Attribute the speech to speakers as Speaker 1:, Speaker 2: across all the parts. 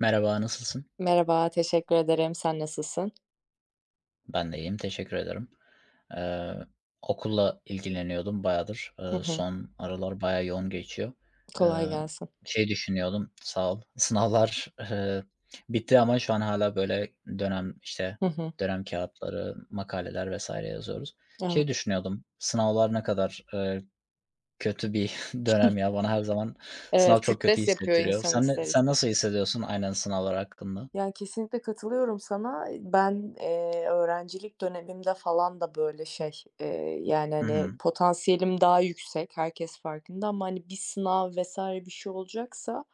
Speaker 1: Merhaba, nasılsın?
Speaker 2: Merhaba, teşekkür ederim. Sen nasılsın?
Speaker 1: Ben de iyiyim, teşekkür ederim. Eee, okulla ilgileniyordum bayağıdır.
Speaker 2: Hı hı.
Speaker 1: Son aralar bayağı yoğun geçiyor. Eee,
Speaker 2: Kolay gelsin.
Speaker 1: şey düşünüyordum, sağ ol. Sınavlar bitti ama şu an hala böyle dönem, işte,
Speaker 2: Hı hı.
Speaker 1: dönem kağıtları, makaleler vesaire yazıyoruz.
Speaker 2: Evet.
Speaker 1: Şey düşünüyordum, sınavlar ne kadar kötü bir dönem ya. Bana her zaman
Speaker 2: Evet,
Speaker 1: sınav çok kötü
Speaker 2: stres yapıyor
Speaker 1: hissettiriyor.
Speaker 2: insan
Speaker 1: Sen ne
Speaker 2: ister is
Speaker 1: sen nasıl hissediyorsun aynen sınavlar hakkında?
Speaker 2: Yani, kesinlikle katılıyorum sana. Ben, öğrencilik dönemimde falan da, böyle, şey, yani,
Speaker 1: Hı
Speaker 2: hani,
Speaker 1: hı.
Speaker 2: potansiyelim daha yüksek, herkes farkında ama, hani, bir sınav vesaire bir şey olacaksa,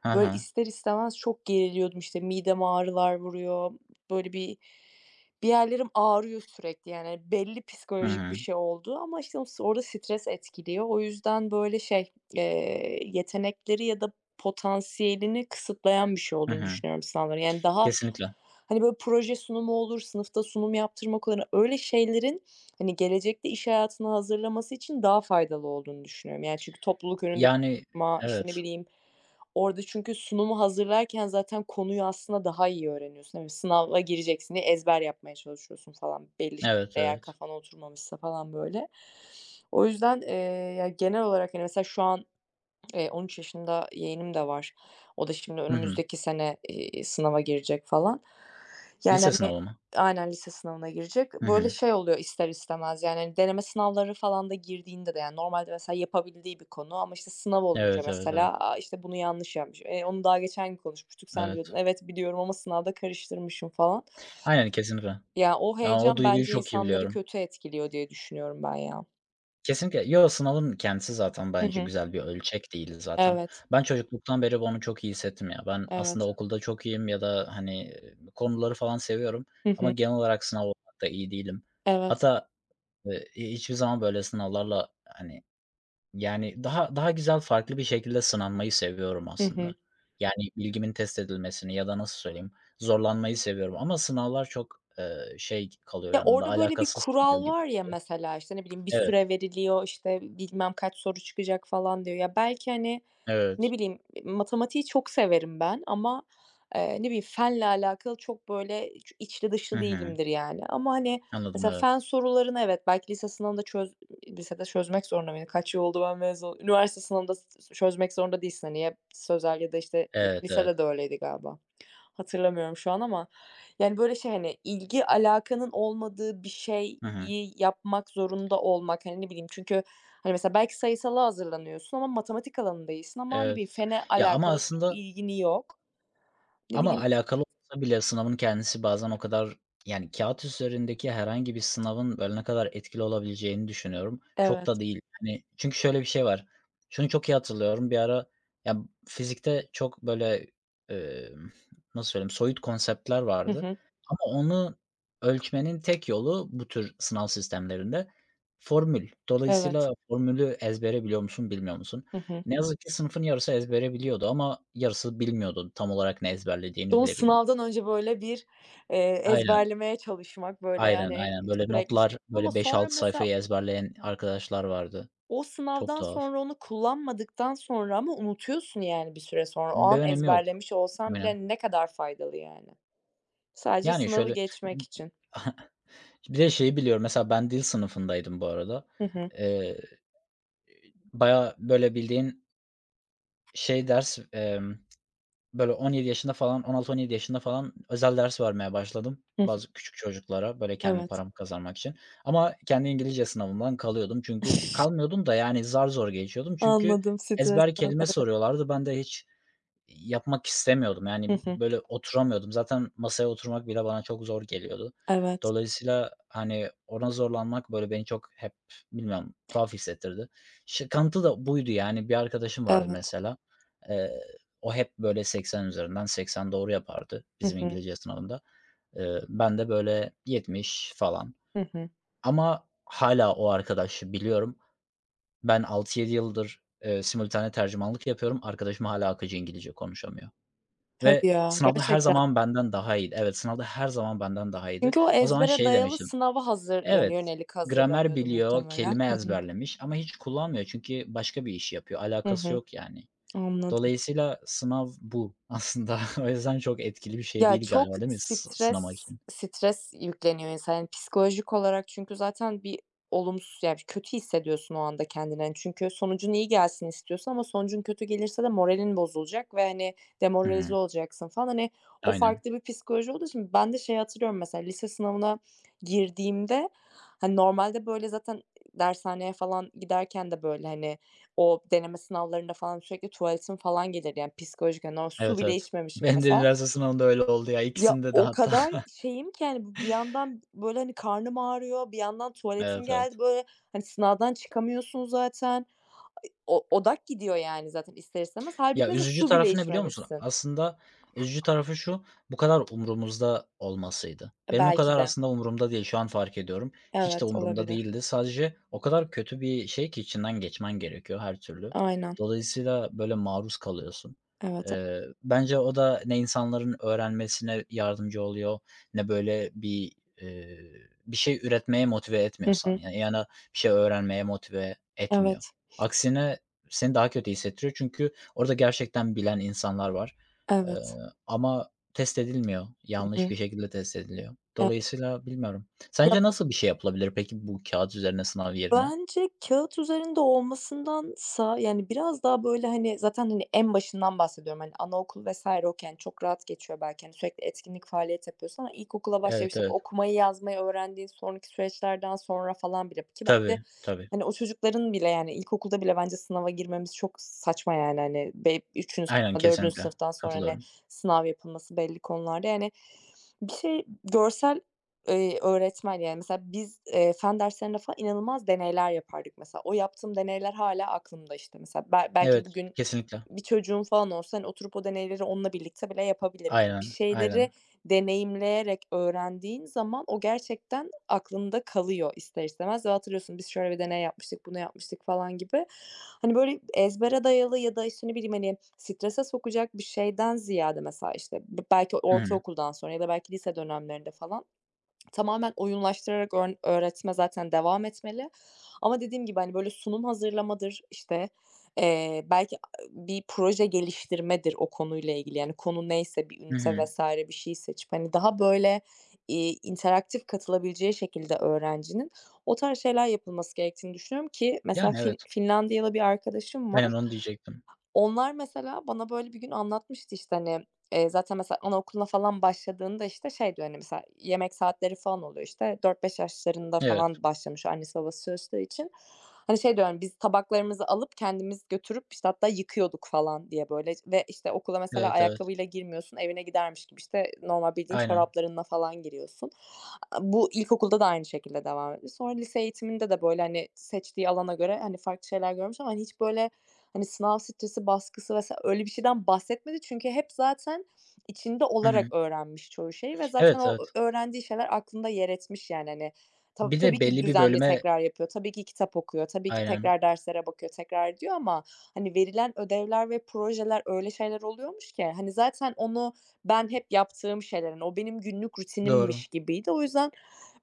Speaker 1: Hı
Speaker 2: böyle,
Speaker 1: hı.
Speaker 2: ister istemez çok geriliyordum. İşte, mideme ağrılar vuruyor, böyle, bir yerlerim ağrıyor sürekli, yani, belli
Speaker 1: Hı
Speaker 2: psikolojik bir
Speaker 1: hı.
Speaker 2: şey oldu ama, işte, o orada stres etkiliyor. O yüzden, böyle, şey, yetenekleri ya da potansiyelini kısıtlayan bir şey
Speaker 1: Hı
Speaker 2: olduğunu
Speaker 1: hı.
Speaker 2: düşünüyorum sınavların. Yani daha,
Speaker 1: Kesinlikle.
Speaker 2: hani, böyle proje sunumu olur, sınıfta sunum yaptırmak olur. Hani öyle şeylerin, hani, gelecekte iş hayatına hazırlaması için daha faydalı olduğunu düşünüyorum. Yani çünkü topluluk önünde
Speaker 1: Yani
Speaker 2: konuşma, işte, ne
Speaker 1: evet.
Speaker 2: bileyim, orada çünkü sunumu hazırlarken zaten konuyu aslında daha iyi öğreniyorsun. Hani, sınava gireceksin diye ezber yapmaya çalışıyorsun falan belli şeyler
Speaker 1: Evet,
Speaker 2: eğer
Speaker 1: evet.
Speaker 2: kafana oturmamışsa falan, böyle. O yüzden, ya, genel olarak, hani, mesela şu an 13 yaşında yeğenim de var. O da şimdi
Speaker 1: Hı hı.
Speaker 2: önümüzdeki sene, sınava girecek falan. Yani,
Speaker 1: Lise
Speaker 2: hani
Speaker 1: sınavı mı?
Speaker 2: Aynen, lise sınavına girecek.
Speaker 1: Hı
Speaker 2: Böyle
Speaker 1: hı.
Speaker 2: şey oluyor ister istemez, yani, hani, deneme sınavları falan da girdiğinde de, yani, normalde mesela yapabildiği bir konu ama, işte, sınav olunca
Speaker 1: Evet, evet, evet.
Speaker 2: mesela, "A, işte, bunu yanlış yapmışım." Onu daha geçen gün konuşmuştuk, sen biliyordun.
Speaker 1: Evet.
Speaker 2: "Evet, biliyorum ama sınavda karıştırmışım." falan.
Speaker 1: Aynen, kesinlikle.
Speaker 2: Ya, o
Speaker 1: Ya,
Speaker 2: heyecan
Speaker 1: o duyguyu
Speaker 2: bence
Speaker 1: çok iyi
Speaker 2: insanları
Speaker 1: biliyorum.
Speaker 2: kötü etkiliyor diye düşünüyorum ben ya.
Speaker 1: Kesinlikle. Yo, sınavın kendisi zaten
Speaker 2: Hı
Speaker 1: bence
Speaker 2: hı.
Speaker 1: güzel bir ölçek değil zaten.
Speaker 2: Evet,
Speaker 1: Ben çocukluktan beri bunu çok iyi hissettim ya. Ben
Speaker 2: evet.
Speaker 1: aslında okulda çok iyiyim ya da, hani, konuları falan seviyorum
Speaker 2: Hı
Speaker 1: ama
Speaker 2: hı.
Speaker 1: genel olarak sınav olarak da iyi değilim.
Speaker 2: Evet.
Speaker 1: Hatta, hiçbir zaman böyle sınavlarla, hani. Yani, daha güzel, farklı bir şekilde sınanmayı seviyorum
Speaker 2: Hı hı.
Speaker 1: aslında. Yani, bilgimin test edilmesini ya da nasıl söyleyeyim, zorlanmayı seviyorum ama sınavlar çok şey kalıyor
Speaker 2: Ya,
Speaker 1: yanımda,
Speaker 2: orada böyle bir
Speaker 1: alakasız
Speaker 2: kural
Speaker 1: kalıyor gibi
Speaker 2: var ya
Speaker 1: geliyor.
Speaker 2: mesela, işte, ne bileyim, bir
Speaker 1: Evet,
Speaker 2: süre veriliyor, işte, bilmem kaç soru çıkacak falan diyor. Ya, belki, hani, ne
Speaker 1: evet.
Speaker 2: bileyim, matematiği çok severim ben ama, ne bileyim, fenle alakalı çok böyle içli
Speaker 1: Hı
Speaker 2: dışlı
Speaker 1: hı.
Speaker 2: değilimdir yani. Ama, hani,
Speaker 1: Anladım,
Speaker 2: mesela
Speaker 1: evet.
Speaker 2: fen sorularını evet, belki lise sınavında çöz lisede çözmek zorunda mıyım Kaç yıl oldu ben mezun Üniversite sınavında çözmek zorunda değilsin, hani, ya sözel ya da, işte,
Speaker 1: Evet, evet.
Speaker 2: lisede de öyleydi galiba. Hatırlamıyorum şu an ama, yani, böyle, şey, hani, ilgi alakanın olmadığı bir şeyi
Speaker 1: Hı hı.
Speaker 2: yapmak zorunda olmak, hani, ne bileyim çünkü, hani, mesela belki sayısala hazırlanıyorsun ama matematik alanında değilsin ama, ne
Speaker 1: Evet.
Speaker 2: bileyim, fene
Speaker 1: Ya, ama
Speaker 2: alakalı bir
Speaker 1: aslında.
Speaker 2: ilgin yok. Ne
Speaker 1: Ama
Speaker 2: bileyim
Speaker 1: alakalı olsa bile sınavın kendisi bazen o kadar, yani kağıt üzerindeki herhangi bir sınavın böyle ne kadar etkili olabileceğini düşünüyorum. Çok
Speaker 2: Evet.
Speaker 1: da değil. Hani çünkü şöyle bir şey var. Şunu çok iyi hatırlıyorum. Bir ara ya fizikte çok böyle, emm, nasıl söyleyeyim, soyut konseptler
Speaker 2: Hı
Speaker 1: vardı
Speaker 2: hı.
Speaker 1: ama onu ölçmenin tek yolu bu tür sınav sistemlerinde formül.
Speaker 2: Evet.
Speaker 1: Dolayısıyla formülü ezbere biliyor musun, bilmiyor musun?
Speaker 2: Hı hı.
Speaker 1: Ne yazık ki sınıfın yarısı ezbere biliyordu ama yarısı bilmiyordu. Tam olarak ne
Speaker 2: İşte
Speaker 1: ezberlediğini
Speaker 2: onu
Speaker 1: bile bilmiyor.
Speaker 2: sınavdan önce, böyle, bir,
Speaker 1: Aynen,
Speaker 2: ezberlemeye çalışmak, böyle,
Speaker 1: aynen,
Speaker 2: hani,
Speaker 1: aynen. Böyle
Speaker 2: sürekli şey.
Speaker 1: notlar,
Speaker 2: Ama
Speaker 1: böyle beş
Speaker 2: sonra
Speaker 1: altı
Speaker 2: mesela
Speaker 1: sayfayı ezberleyen arkadaşlar vardı.
Speaker 2: o
Speaker 1: Çok
Speaker 2: sınavdan
Speaker 1: tuhaf.
Speaker 2: sonra onu kullanmadıktan sonra ama unutuyorsun yani bir süre sonra. O
Speaker 1: Bir
Speaker 2: an
Speaker 1: önemi yok.
Speaker 2: ezberlemiş olsan
Speaker 1: Aynen.
Speaker 2: bile ne kadar faydalı yani. Sadece
Speaker 1: Yani
Speaker 2: sınavı
Speaker 1: şöyle.
Speaker 2: geçmek için.
Speaker 1: Bir de şeyi biliyorum, mesela ben dil sınıfındaydım bu arada.
Speaker 2: Hı hı.
Speaker 1: Eee, bayağı böyle bildiğin şey ders, böyle 17 yaşında falan, 16-17 yaşında falan özel ders vermeye başladım
Speaker 2: Hı hı.
Speaker 1: bazı küçük çocuklara, böyle kendi
Speaker 2: Evet.
Speaker 1: paramı kazanmak için. Ama kendi İngilizce sınavımdan kalıyordum çünkü kalmıyordum da yani zar zor geçiyordum çünkü
Speaker 2: Anladım
Speaker 1: ezber
Speaker 2: stresten.
Speaker 1: kelime
Speaker 2: Evet.
Speaker 1: soruyorlardı. Ben de hiç yapmak istemiyordum.
Speaker 2: Hı
Speaker 1: Yani,
Speaker 2: hı.
Speaker 1: böyle, oturamıyordum. Zaten masaya oturmak bile bana çok zor geliyordu.
Speaker 2: Evet.
Speaker 1: Dolayısıyla, hani, ona zorlanmak, böyle, beni çok hep bilmiyorum, tuhaf hissettirdi. Şıkıntı da buydu, yani. Bir arkadaşım vardı
Speaker 2: Evet.
Speaker 1: mesela. Eee, o hep, böyle, 80 üzerinden 80 doğru yapardı
Speaker 2: Hı
Speaker 1: bizim
Speaker 2: hı.
Speaker 1: İngilizce sınavında. Ben de, böyle, 70 falan
Speaker 2: Hı hı.
Speaker 1: ama hala o arkadaşı biliyorum. Ben 6 yedi yıldır, simultane tercümanlık yapıyorum. Arkadaşım hala akıcı İngilizce konuşamıyor.
Speaker 2: Hadi
Speaker 1: Ve
Speaker 2: ya,
Speaker 1: sınavda her
Speaker 2: gerçekten.
Speaker 1: zaman benden daha iyiydi. Evet, sınavda her zaman benden daha iyiydi.
Speaker 2: Çünkü o
Speaker 1: O zaman
Speaker 2: ezbere
Speaker 1: şey
Speaker 2: dayalı
Speaker 1: demiştim,
Speaker 2: sınava hazır yani
Speaker 1: evet,
Speaker 2: yönelik
Speaker 1: gramer
Speaker 2: hazırlanıyordu
Speaker 1: biliyor,
Speaker 2: muhtemelen.
Speaker 1: kelime
Speaker 2: Hı hı.
Speaker 1: ezberlemiş ama hiç kullanmıyor çünkü başka bir iş yapıyor,
Speaker 2: Hı
Speaker 1: alakası
Speaker 2: hı.
Speaker 1: yok yani.
Speaker 2: Anladım.
Speaker 1: Dolayısıyla sınav bu aslında. O yüzden çok etkili bir şey
Speaker 2: Ya,
Speaker 1: değil
Speaker 2: çok
Speaker 1: galiba değil mi sınamak
Speaker 2: stres
Speaker 1: için?
Speaker 2: stres yükleniyor insana, yani, psikolojik olarak çünkü zaten bir olumsuz, yani bir kötü hissediyorsun o anda kendini, hani, çünkü sonucun iyi gelsin istiyorsun ama sonucun kötü gelirse de moralin bozulacak ve, hani,
Speaker 1: Hı
Speaker 2: demoralize
Speaker 1: hı.
Speaker 2: olacaksın falan. Hani, o
Speaker 1: Aynen.
Speaker 2: farklı bir psikoloji olduğu için ben de şeyi hatırlıyorum mesela lise sınavına girdiğimde, hani, normalde, böyle, zaten dershaneye falan giderken de, böyle, hani, o deneme sınavlarında falan sürekli tuvaletim falan gelir, yani, psikolojik, hani, o su
Speaker 1: Evet,
Speaker 2: bile
Speaker 1: evet.
Speaker 2: içmemişim
Speaker 1: Benim de
Speaker 2: mesela.
Speaker 1: üniversite sınavında öyle oldu ya.
Speaker 2: Ya,
Speaker 1: İkisinde de
Speaker 2: o
Speaker 1: hatta.
Speaker 2: kadar şeyim ki, yani bir yandan, böyle, hani, karnım ağrıyor, bir yandan tuvaletim
Speaker 1: Evet, evet.
Speaker 2: geldi, böyle, hani, sınavdan çıkamıyorsun zaten. E, o odak gidiyor yani zaten ister istemez. Hâlbuki
Speaker 1: Ya,
Speaker 2: mesela
Speaker 1: üzücü
Speaker 2: su bile
Speaker 1: tarafı ne biliyor musun?
Speaker 2: içmemişsin.
Speaker 1: Aslında üzücü tarafı şu, bu kadar umurumuzda olmasıydı.
Speaker 2: E,
Speaker 1: Benim o
Speaker 2: belki
Speaker 1: kadar
Speaker 2: de.
Speaker 1: aslında umurumda değil, şu an fark ediyorum. Hiç de
Speaker 2: Evet,
Speaker 1: umurumda
Speaker 2: olabilir.
Speaker 1: değildi. Sadece o kadar kötü bir şey ki içinden geçmen gerekiyor her türlü.
Speaker 2: Aynen.
Speaker 1: Dolayısıyla böyle maruz kalıyorsun.
Speaker 2: Evet.
Speaker 1: Bence o da ne insanların öğrenmesine yardımcı oluyor ne böyle bir, eee, bir şey üretmeye motive etmiyor
Speaker 2: Hı hı.
Speaker 1: sana. Yani yana bir şey öğrenmeye motive etmiyor.
Speaker 2: Evet.
Speaker 1: Aksine seni daha kötü hissettiriyor çünkü orada gerçekten bilen insanlar var, eee,
Speaker 2: Evet.
Speaker 1: ama test edilmiyor.
Speaker 2: Hı
Speaker 1: Yanlış
Speaker 2: hı.
Speaker 1: bir şekilde test ediliyor.
Speaker 2: E
Speaker 1: Dolayısıyla bilmiyorum. Sence nasıl bir şey yapılabilir peki bu kağıt üzerine sınav yerine?
Speaker 2: Bence kağıt üzerinde olmasındansa, yani, biraz daha, böyle, hani, zaten, hani, en başından bahsediyorum. Hani, anaokul vesaire okey, yani, çok rahat geçiyor belki, hani, sürekli etkinlik, faaliyet yapıyorsun ama ilkokula başlayıp,
Speaker 1: Evet,
Speaker 2: işte,
Speaker 1: evet.
Speaker 2: okumayı, yazmayı öğrendiğin sonraki süreçlerden sonra falan bile ki bence
Speaker 1: Tabii, tabii.
Speaker 2: Hani, o çocukların bile, yani, ilkokulda bile bence sınava girmemiz çok saçma, yani, hani, 3'üncü
Speaker 1: Aynen,
Speaker 2: sınıfta, 4'üncü
Speaker 1: kesinlikle.
Speaker 2: sınıftan sonra, hani,
Speaker 1: Katılıyorum.
Speaker 2: sınav yapılması belli konularda. Yani, bir şey görsel, öğretmen, yani, mesela biz, fen derslerinde falan inanılmaz deneyler yapardık mesela. O yaptığım deneyler hâlâ aklımda, işte, mesela. Belki
Speaker 1: Evet,
Speaker 2: bugün
Speaker 1: kesinlikle.
Speaker 2: bir çocuğum falan olsa, hani, oturup o deneyleri onunla birlikte bile yapabilirim. Hani, bir
Speaker 1: Aynen,
Speaker 2: şeyleri
Speaker 1: aynen.
Speaker 2: deneyimleyerek öğrendiğin zaman o gerçekten aklında kalıyor ister istemez ve hatırlıyorsun, "Biz şöyle bir deney yapmıştık, bunu yapmıştık." falan gibi. Hani, böyle ezbere dayalı ya da, işte, ne bileyim, hani, strese sokacak bir şeyden ziyade mesela, işte, belki
Speaker 1: Hı hı.
Speaker 2: ortaokuldan sonra ya da belki lise dönemlerinde falan Tamamen oyunlaştırarak öğretme zaten devam etmeli ama dediğim gibi, hani, böyle sunum hazırlamadır, işte, belki bir proje geliştirmedir o konuyla ilgili. Yani, konu neyse bir
Speaker 1: Hı
Speaker 2: ünite
Speaker 1: hı.
Speaker 2: vesaire bir şey seçip, hani, daha böyle, interaktif katılabileceği şekilde öğrencinin o tarz şeyler yapılması gerektiğini düşünüyorum ki mesela
Speaker 1: Yani, evet.
Speaker 2: Finlandiyalı bir arkadaşım var.
Speaker 1: Aynen onu diyecektim.
Speaker 2: Onlar mesela bana böyle bir gün anlatmıştı, işte, hani, zaten mesela anaokuluna falan başladığında, işte, şey diyor, hani, mesela yemek saatleri falan oluyor, işte, 4-5 yaşlarında
Speaker 1: Evet,
Speaker 2: falan başlamış annesi babası çalıştığı için. Hani, şey diyor, hani, biz tabaklarımızı alıp kendimiz götürüp, işte, hatta yıkıyorduk falan diye, böyle, ve, işte, okula mesela
Speaker 1: evet, evet.
Speaker 2: ayakkabıyla girmiyorsun, evine gidermiş gibi, işte, normal bildiğin
Speaker 1: Aynen.
Speaker 2: çoraplarınla falan giriyorsun. A bu ilkokulda da aynı şekilde devam ediyor. Sonra lise eğitiminde de, böyle, hani, seçtiği alana göre, hani, farklı şeyler görmüş ama, hani, hiç böyle Hani, sınav stresi, baskısı vs. öyle bir şeyden bahsetmedi çünkü hep zaten içinde
Speaker 1: Hı
Speaker 2: olarak
Speaker 1: hı.
Speaker 2: öğrenmiş çoğu şeyi ve zaten
Speaker 1: Evet,
Speaker 2: o
Speaker 1: evet.
Speaker 2: öğrendiği şeyler aklında yer etmiş, yani, hani.
Speaker 1: Bir
Speaker 2: Tabii
Speaker 1: de
Speaker 2: ki
Speaker 1: belli bir
Speaker 2: düzenli
Speaker 1: bölüme.
Speaker 2: tekrar yapıyor, tabii ki kitap okuyor, tabii ki
Speaker 1: Aynen.
Speaker 2: tekrar derslere bakıyor, tekrar ediyor ama, hani, verilen ödevler ve projeler öyle şeyler oluyormuş ki, hani, zaten onu ben hep yaptığım şeyler, hani, o benim günlük
Speaker 1: Doğru.
Speaker 2: rutinimmiş gibiydi. O yüzden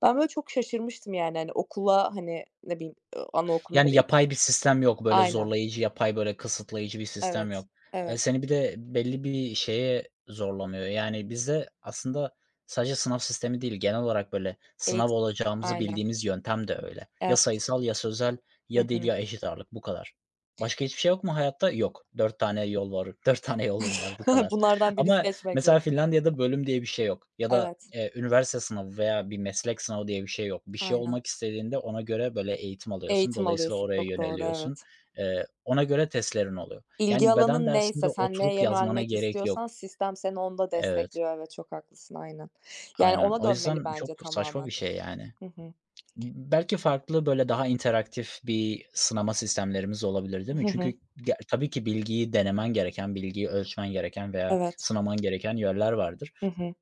Speaker 2: ben böyle çok şaşırmıştım, yani, hani, okula, hani, ne bileyim, anaokuluna
Speaker 1: Yani,
Speaker 2: da ilk
Speaker 1: yapay bir sistem yok, böyle,
Speaker 2: Aynen.
Speaker 1: zorlayıcı, yapay, böyle, kısıtlayıcı bir sistem
Speaker 2: Evet,
Speaker 1: yok.
Speaker 2: evet.
Speaker 1: Seni bir de belli bir şeye zorlamıyor. Yani, bizde aslında sadece sınav sistemi değil, genel olarak, böyle, sınav
Speaker 2: Eğitim.
Speaker 1: olacağımızı
Speaker 2: Aynen.
Speaker 1: bildiğimiz yöntem de öyle. Ya
Speaker 2: Evet.
Speaker 1: sayısal ya sözel
Speaker 2: Hı
Speaker 1: ya dil
Speaker 2: hı.
Speaker 1: ya eşit ağırlık, bu kadar. Başka hiçbir şey yok mu hayatta? Yok. 4 tane yol var. 4 tane yolun var, bu kadar.
Speaker 2: Bunlardan biri
Speaker 1: Ama
Speaker 2: seçmek zor
Speaker 1: mesela Finlandiya'da bölüm diye bir şey yok ya da.
Speaker 2: Evet,
Speaker 1: Üniversite sınavı veya bir meslek sınavı diye bir şey yok. Bir şey
Speaker 2: aynen.
Speaker 1: olmak istediğinde ona göre, böyle, eğitim alıyorsun.
Speaker 2: Eğitim
Speaker 1: Dolayısıyla
Speaker 2: alıyorsun.
Speaker 1: oraya
Speaker 2: Çok doğru,
Speaker 1: yöneliyorsun.
Speaker 2: evet.
Speaker 1: Ona göre testlerin oluyor.
Speaker 2: İlgi
Speaker 1: Yani beden
Speaker 2: alanın
Speaker 1: dersinde
Speaker 2: neyse, sen neye
Speaker 1: oturup yazmana
Speaker 2: yönelmek
Speaker 1: gerek
Speaker 2: istiyorsan
Speaker 1: yok.
Speaker 2: sistem seni onda
Speaker 1: Evet,
Speaker 2: destekliyor. Evet, çok haklısın, aynen. Yani
Speaker 1: aynen.
Speaker 2: ona
Speaker 1: O
Speaker 2: dönmeli
Speaker 1: yüzden çok
Speaker 2: bence
Speaker 1: saçma
Speaker 2: tamamen.
Speaker 1: bir şey, yani.
Speaker 2: Hı hı.
Speaker 1: Belki farklı, böyle, daha interaktif bir sınama sistemlerimiz olabilir, değil mi?
Speaker 2: Hı hı.
Speaker 1: Çünkü tabii ki bilgiyi denemen gereken, bilgiyi ölçmen gereken veya
Speaker 2: Evet.
Speaker 1: sınaman gereken yerler vardır.
Speaker 2: Hı hı.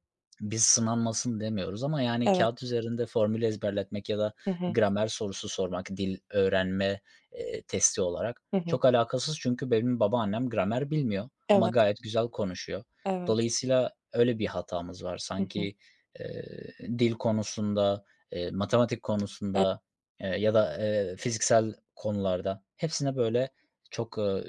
Speaker 1: Biz sınanmasın demiyoruz ama, yani,
Speaker 2: Evet.
Speaker 1: kağıt üzerinde formül ezberletmek ya da
Speaker 2: Hı hı.
Speaker 1: gramer sorusu sormak dil öğrenme, testi olarak
Speaker 2: Hı hı.
Speaker 1: çok alakasız çünkü benim babaannem gramer bilmiyor ama
Speaker 2: Evet,
Speaker 1: gayet güzel konuşuyor.
Speaker 2: evet.
Speaker 1: Dolayısıyla öyle bir hatamız var.
Speaker 2: Hı hı.
Speaker 1: Sanki, eee, dil konusunda, matematik
Speaker 2: Evet.
Speaker 1: konusunda, ya da, fiziksel konularda hepsine böyle çok,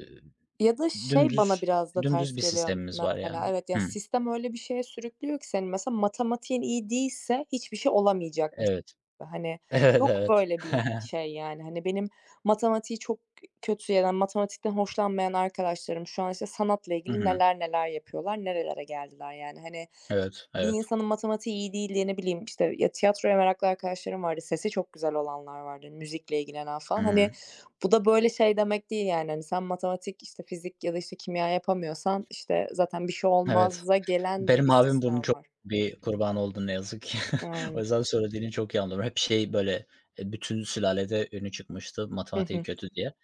Speaker 2: Ya da şey bana
Speaker 1: dümdüz
Speaker 2: biraz da
Speaker 1: dümdüz
Speaker 2: ters
Speaker 1: bir
Speaker 2: geliyor
Speaker 1: sistemimiz var
Speaker 2: mesela,
Speaker 1: yani.
Speaker 2: evet, yani,
Speaker 1: Hı.
Speaker 2: sistem öyle bir şeye sürüklüyor ki seni mesela matematiğin iyi değilse hiçbir şey olamayacak mı
Speaker 1: Evet.
Speaker 2: Hani,
Speaker 1: Evet,
Speaker 2: yok
Speaker 1: evet.
Speaker 2: böyle bir şey, yani. Hani, benim matematiği çok kötü ya da matematikten hoşlanmayan arkadaşlarım şu an, işte, sanatla
Speaker 1: Hı
Speaker 2: ilgili
Speaker 1: hı.
Speaker 2: neler neler yapıyorlar, nerelere geldiler, yani. Hani,
Speaker 1: Evet,
Speaker 2: bir
Speaker 1: evet.
Speaker 2: insanın matematiği iyi değil diye, ne bileyim, işte, ya, tiyatroya meraklı arkadaşlarım vardı, sesi çok güzel olanlar vardı, müzikle ilgilenen
Speaker 1: Hı
Speaker 2: falan. Hani,
Speaker 1: hı.
Speaker 2: bu da böyle şey demek değil, yani, hani, sen matematik, işte, fizik ya da, işte, kimya yapamıyorsan, işte, zaten bir şey
Speaker 1: Evet.
Speaker 2: olmaz'a gelen de
Speaker 1: Benim
Speaker 2: bir
Speaker 1: abim bunun
Speaker 2: sistem
Speaker 1: çok
Speaker 2: var.
Speaker 1: bir kurbanı oldu ne yazık ki. O
Speaker 2: Yani.
Speaker 1: yüzden söylediğini çok iyi anlıyorum. Hep şey böyle, bütün sülalede önü çıkmıştı
Speaker 2: Hı
Speaker 1: matematiği
Speaker 2: hı.
Speaker 1: kötü diye.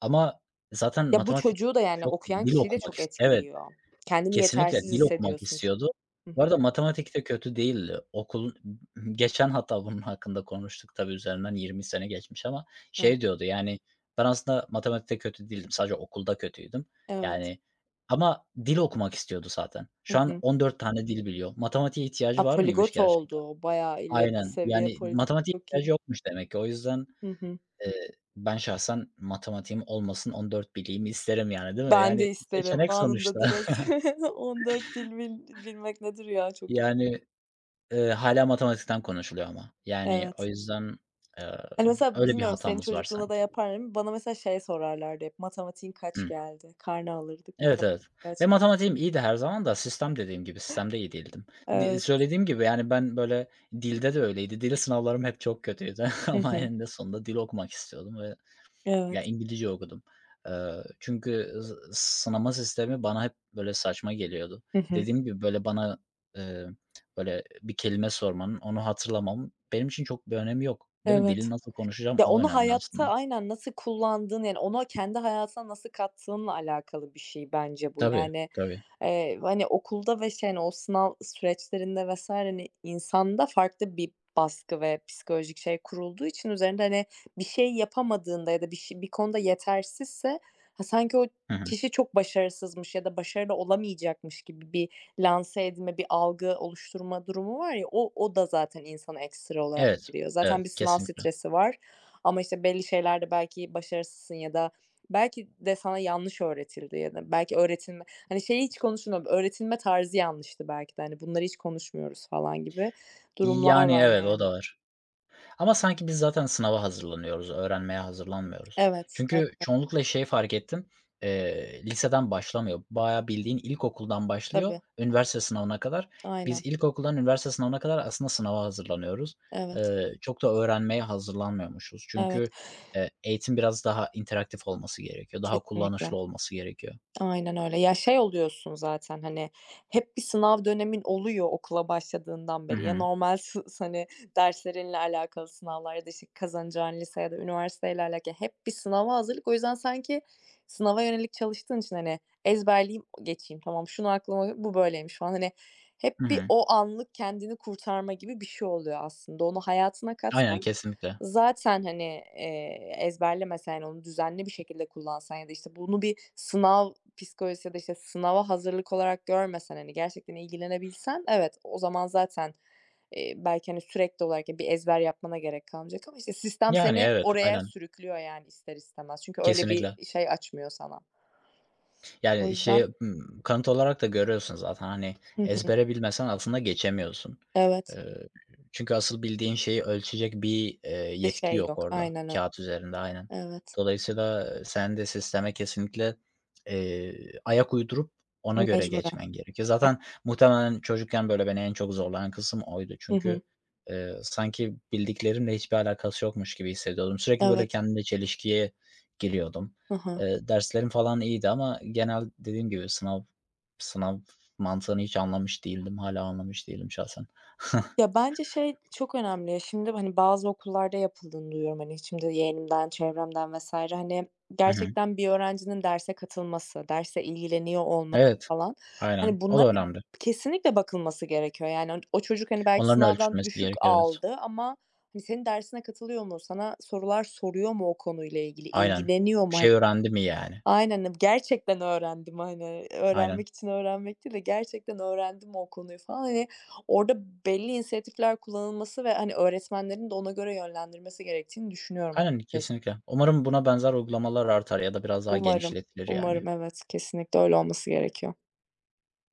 Speaker 1: Ama zaten
Speaker 2: Ya, bu
Speaker 1: matematik
Speaker 2: çocuğu da, yani,
Speaker 1: yok.
Speaker 2: okuyan
Speaker 1: Dil
Speaker 2: kişiyi de
Speaker 1: okumak
Speaker 2: çok
Speaker 1: ist Evet.
Speaker 2: etkiliyor. Kendini
Speaker 1: Kesinlikle
Speaker 2: yetersiz
Speaker 1: dil okumak
Speaker 2: hissediyorsun çünkü.
Speaker 1: istiyordu.
Speaker 2: Hı
Speaker 1: Bu
Speaker 2: hı.
Speaker 1: arada matematikte kötü değildi. Okul. Geçen hatta bunun hakkında konuştuk tabii üzerinden 20 sene geçmiş ama
Speaker 2: Evet.
Speaker 1: şey diyordu, yani, "Ben aslında matematikte kötü değildim, sadece okulda kötüydüm."
Speaker 2: Evet.
Speaker 1: Yani ama dil okumak istiyordu zaten.
Speaker 2: Hı
Speaker 1: Şu an
Speaker 2: hı.
Speaker 1: 14 tane dil biliyor. Matematiğe ihtiyacı
Speaker 2: A,
Speaker 1: var mıymış
Speaker 2: poligot
Speaker 1: gerçekten?
Speaker 2: oldu. Bayağı ileride
Speaker 1: Aynen,
Speaker 2: seviye
Speaker 1: yani
Speaker 2: poligot.
Speaker 1: matematiğe
Speaker 2: Çok
Speaker 1: ihtiyacı
Speaker 2: iyi.
Speaker 1: yokmuş demek ki. O yüzden,
Speaker 2: Hı hı.
Speaker 1: ben şahsen matematiğim olmasın, 14 bileyim isterim yani, değil mi?
Speaker 2: Ben
Speaker 1: Yani
Speaker 2: de isterim
Speaker 1: seçenek
Speaker 2: anında
Speaker 1: sonuçta.
Speaker 2: direkt 14 dil bilmek nedir ya çok
Speaker 1: Yani. Hâlâ matematikten konuşuluyor ama. Yani o
Speaker 2: Evet.
Speaker 1: yüzden, eee,
Speaker 2: Hani, mesela
Speaker 1: öyle bir
Speaker 2: bilmiyorum senin
Speaker 1: hatamız var
Speaker 2: çocukluğunda da
Speaker 1: sanki.
Speaker 2: yapar mı? Bana mesela şey sorarlardı hep, "Matematiğin kaç
Speaker 1: Hıh.
Speaker 2: geldi?" Karne alırdık,
Speaker 1: Evet,
Speaker 2: "Matematiğin
Speaker 1: evet.
Speaker 2: kaç
Speaker 1: Ve
Speaker 2: geldi?"
Speaker 1: matematiğim iyiydi her zaman da sistem dediğim gibi, sistemde iyi değildim. Di
Speaker 2: Evet.
Speaker 1: söylediğim gibi, yani, ben böyle dilde de öyleydi. Dil sınavlarım hep çok kötüydü
Speaker 2: Hı
Speaker 1: ama
Speaker 2: hı.
Speaker 1: eninde sonunda dil okumak istiyordum ve. Ya,
Speaker 2: Evet.
Speaker 1: İngilizce okudum. Çünkü sınama sistemi bana hep böyle saçma geliyordu.
Speaker 2: Hı hı.
Speaker 1: Dediğim gibi, böyle, bana, eee, böyle, bir kelime sormanın, onu hatırlamam benim için çok bir önemi yok, değil mi?
Speaker 2: Evet.
Speaker 1: Dili nasıl konuşacağım
Speaker 2: Ya,
Speaker 1: o
Speaker 2: onu
Speaker 1: önemli
Speaker 2: hayatta
Speaker 1: aslında.
Speaker 2: aynen nasıl kullandığın, yani, onu kendi hayatına nasıl kattığınla alakalı bir şey bence bu.
Speaker 1: Tabii,
Speaker 2: Yani,
Speaker 1: tabii.
Speaker 2: hani, okulda ve şey, hani, o sınav süreçlerinde vs. hani, insanda farklı bir baskı ve psikolojik şey kurulduğu için üzerinde, hani, bir şey yapamadığında ya da bir şey bir konuda yetersizse, ha, sanki o
Speaker 1: Hı hı.
Speaker 2: kişi çok başarısızmış ya da başarılı olamayacakmış gibi bir lanse edilme, bir algı oluşturma durumu var ya, o da zaten insana ekstra olarak
Speaker 1: Evet,
Speaker 2: veriyor Zaten
Speaker 1: evet,
Speaker 2: bir sınav
Speaker 1: kesinlikle.
Speaker 2: stresi var. Ama işte belli şeylerde belki başarısızsın ya da belki de sana yanlış öğretildi ya da belki öğretilme hani şeyi hiç konuşulmuyor, öğretilme tarzı yanlıştı belki de, hani, bunları hiç konuşmuyoruz falan gibi durumlar
Speaker 1: Yani,
Speaker 2: var
Speaker 1: evet, o
Speaker 2: yani.
Speaker 1: da var. Ama sanki biz zaten sınava hazırlanıyoruz, öğrenmeye hazırlanmıyoruz.
Speaker 2: Evet, evet,
Speaker 1: Çünkü çoğunlukla şey fark ettim, liseden başlamıyor. Bayağı bildiğin ilkokuldan başlıyor,
Speaker 2: tabii.
Speaker 1: üniversite sınavına kadar.
Speaker 2: Aynen.
Speaker 1: Biz ilkokuldan üniversite sınavına kadar aslında sınava hazırlanıyoruz.
Speaker 2: Evet,
Speaker 1: Çok da öğrenmeye hazırlanmıyormuşuz.
Speaker 2: evet.
Speaker 1: Çünkü, eğitim biraz daha interaktif olması gerekiyor, daha
Speaker 2: Kesinlikle.
Speaker 1: kullanışlı olması gerekiyor.
Speaker 2: Aynen öyle. Ya, şey oluyorsun zaten, hani, hep bir sınav dönemin oluyor okula başladığından
Speaker 1: Hı
Speaker 2: beri. Ya,
Speaker 1: hı.
Speaker 2: normal sı hani, derslerinle alakalı sınavlar ya da, işte, kazanacağın lise ya da üniversiteyle alakalı hep bir sınava hazırlık. O yüzden sanki sınava yönelik çalıştığın için, hani, ezberleyeyim, geçeyim, tamam, şunu aklıma bu böyleymiş falan. Hani,
Speaker 1: Hı
Speaker 2: hep bir
Speaker 1: hı.
Speaker 2: o anlık kendini kurtarma gibi bir şey oluyor aslında. Onu hayatına
Speaker 1: Aynen,
Speaker 2: katsan
Speaker 1: kesinlikle.
Speaker 2: Zaten, hani, ezberlemesen, yani, onu düzenli bir şekilde kullansan ya da, işte, bunu bir sınav psikolojisi ya da, işte, sınava hazırlık olarak görmesen, hani, gerçekten ilgilenebilsen, evet, o zaman zaten, belki, hani, sürekli olarak bir ezber yapmana gerek kalmayacak ama, işte, sistem
Speaker 1: Yani
Speaker 2: seni
Speaker 1: evet,
Speaker 2: oraya
Speaker 1: aynen.
Speaker 2: sürüklüyor, yani, ister istemez. Çünkü öyle
Speaker 1: Kesinlikle.
Speaker 2: bir şey açmıyor sana. O
Speaker 1: Yani,
Speaker 2: yüzden
Speaker 1: şey, kanıt olarak da görüyorsun zaten, hani,
Speaker 2: Hı hı.
Speaker 1: ezbere bilmesen aslında geçemiyorsun.
Speaker 2: Evet.
Speaker 1: Eee, çünkü asıl bildiğin şeyi ölçecek bir,
Speaker 2: De
Speaker 1: yetki
Speaker 2: şey
Speaker 1: yok
Speaker 2: yok.
Speaker 1: orada
Speaker 2: Aynen öyle.
Speaker 1: kağıt üzerinde, aynen.
Speaker 2: Evet.
Speaker 1: Dolayısıyla, sen de sisteme kesinlikle, ayak uydurup ona göre
Speaker 2: Mecburen.
Speaker 1: geçmen gerekiyor. Zaten muhtemelen çocukken, böyle, beni en çok zorlayan kısım oydu.
Speaker 2: Hı hı.
Speaker 1: Çünkü, sanki bildiklerimle hiçbir alakası yokmuş gibi hissediyordum. Sürekli, böyle,
Speaker 2: Evet.
Speaker 1: kendimle çelişkiye giriyordum.
Speaker 2: Hı hı.
Speaker 1: Derslerim falan iyiydi ama genel dediğim gibi sınav sınav mantığını hiç anlamış değildim. Hâlâ anlamış değilim şahsen.
Speaker 2: Ya, bence şey çok önemli ya, şimdi, hani, bazı okullarda yapıldığını duyuyorum, hani, şimdi yeğenimden, çevremden vesaire. Hani,
Speaker 1: Hı hı.
Speaker 2: gerçekten bir öğrencinin derse katılması, derse ilgileniyor olması
Speaker 1: Evet.
Speaker 2: falan,
Speaker 1: Aynen.
Speaker 2: hani,
Speaker 1: O
Speaker 2: bunlara
Speaker 1: da önemli.
Speaker 2: kesinlikle bakılması gerekiyor. Yani, hani, o çocuk, hani, belki
Speaker 1: Onların
Speaker 2: sınavdan
Speaker 1: ölçülmesi
Speaker 2: düşük
Speaker 1: gerekiyor, evet.
Speaker 2: aldı ama, hani, senin dersine katılıyor mu? Sana sorular soruyor mu o konuyla ilgili?
Speaker 1: Aynen.
Speaker 2: İlgileniyor
Speaker 1: Bir
Speaker 2: mu? Hani
Speaker 1: şey öğrendi mi yani?
Speaker 2: Aynen, gerçekten öğrendim, hani,
Speaker 1: Aynen.
Speaker 2: öğrenmek için öğrenmek değil de gerçekten öğrendim o konuyu falan. Hani, orada belli inisiyatifler kullanılması ve, hani, öğretmenlerin de ona göre yönlendirmesi gerektiğini düşünüyorum
Speaker 1: Aynen,
Speaker 2: açıkçası.
Speaker 1: kesinlikle. Umarım buna benzer uygulamalar artar ya da biraz daha
Speaker 2: Umarım,
Speaker 1: genişletilir yani.
Speaker 2: umarım evet, kesinlikle öyle olması gerekiyor.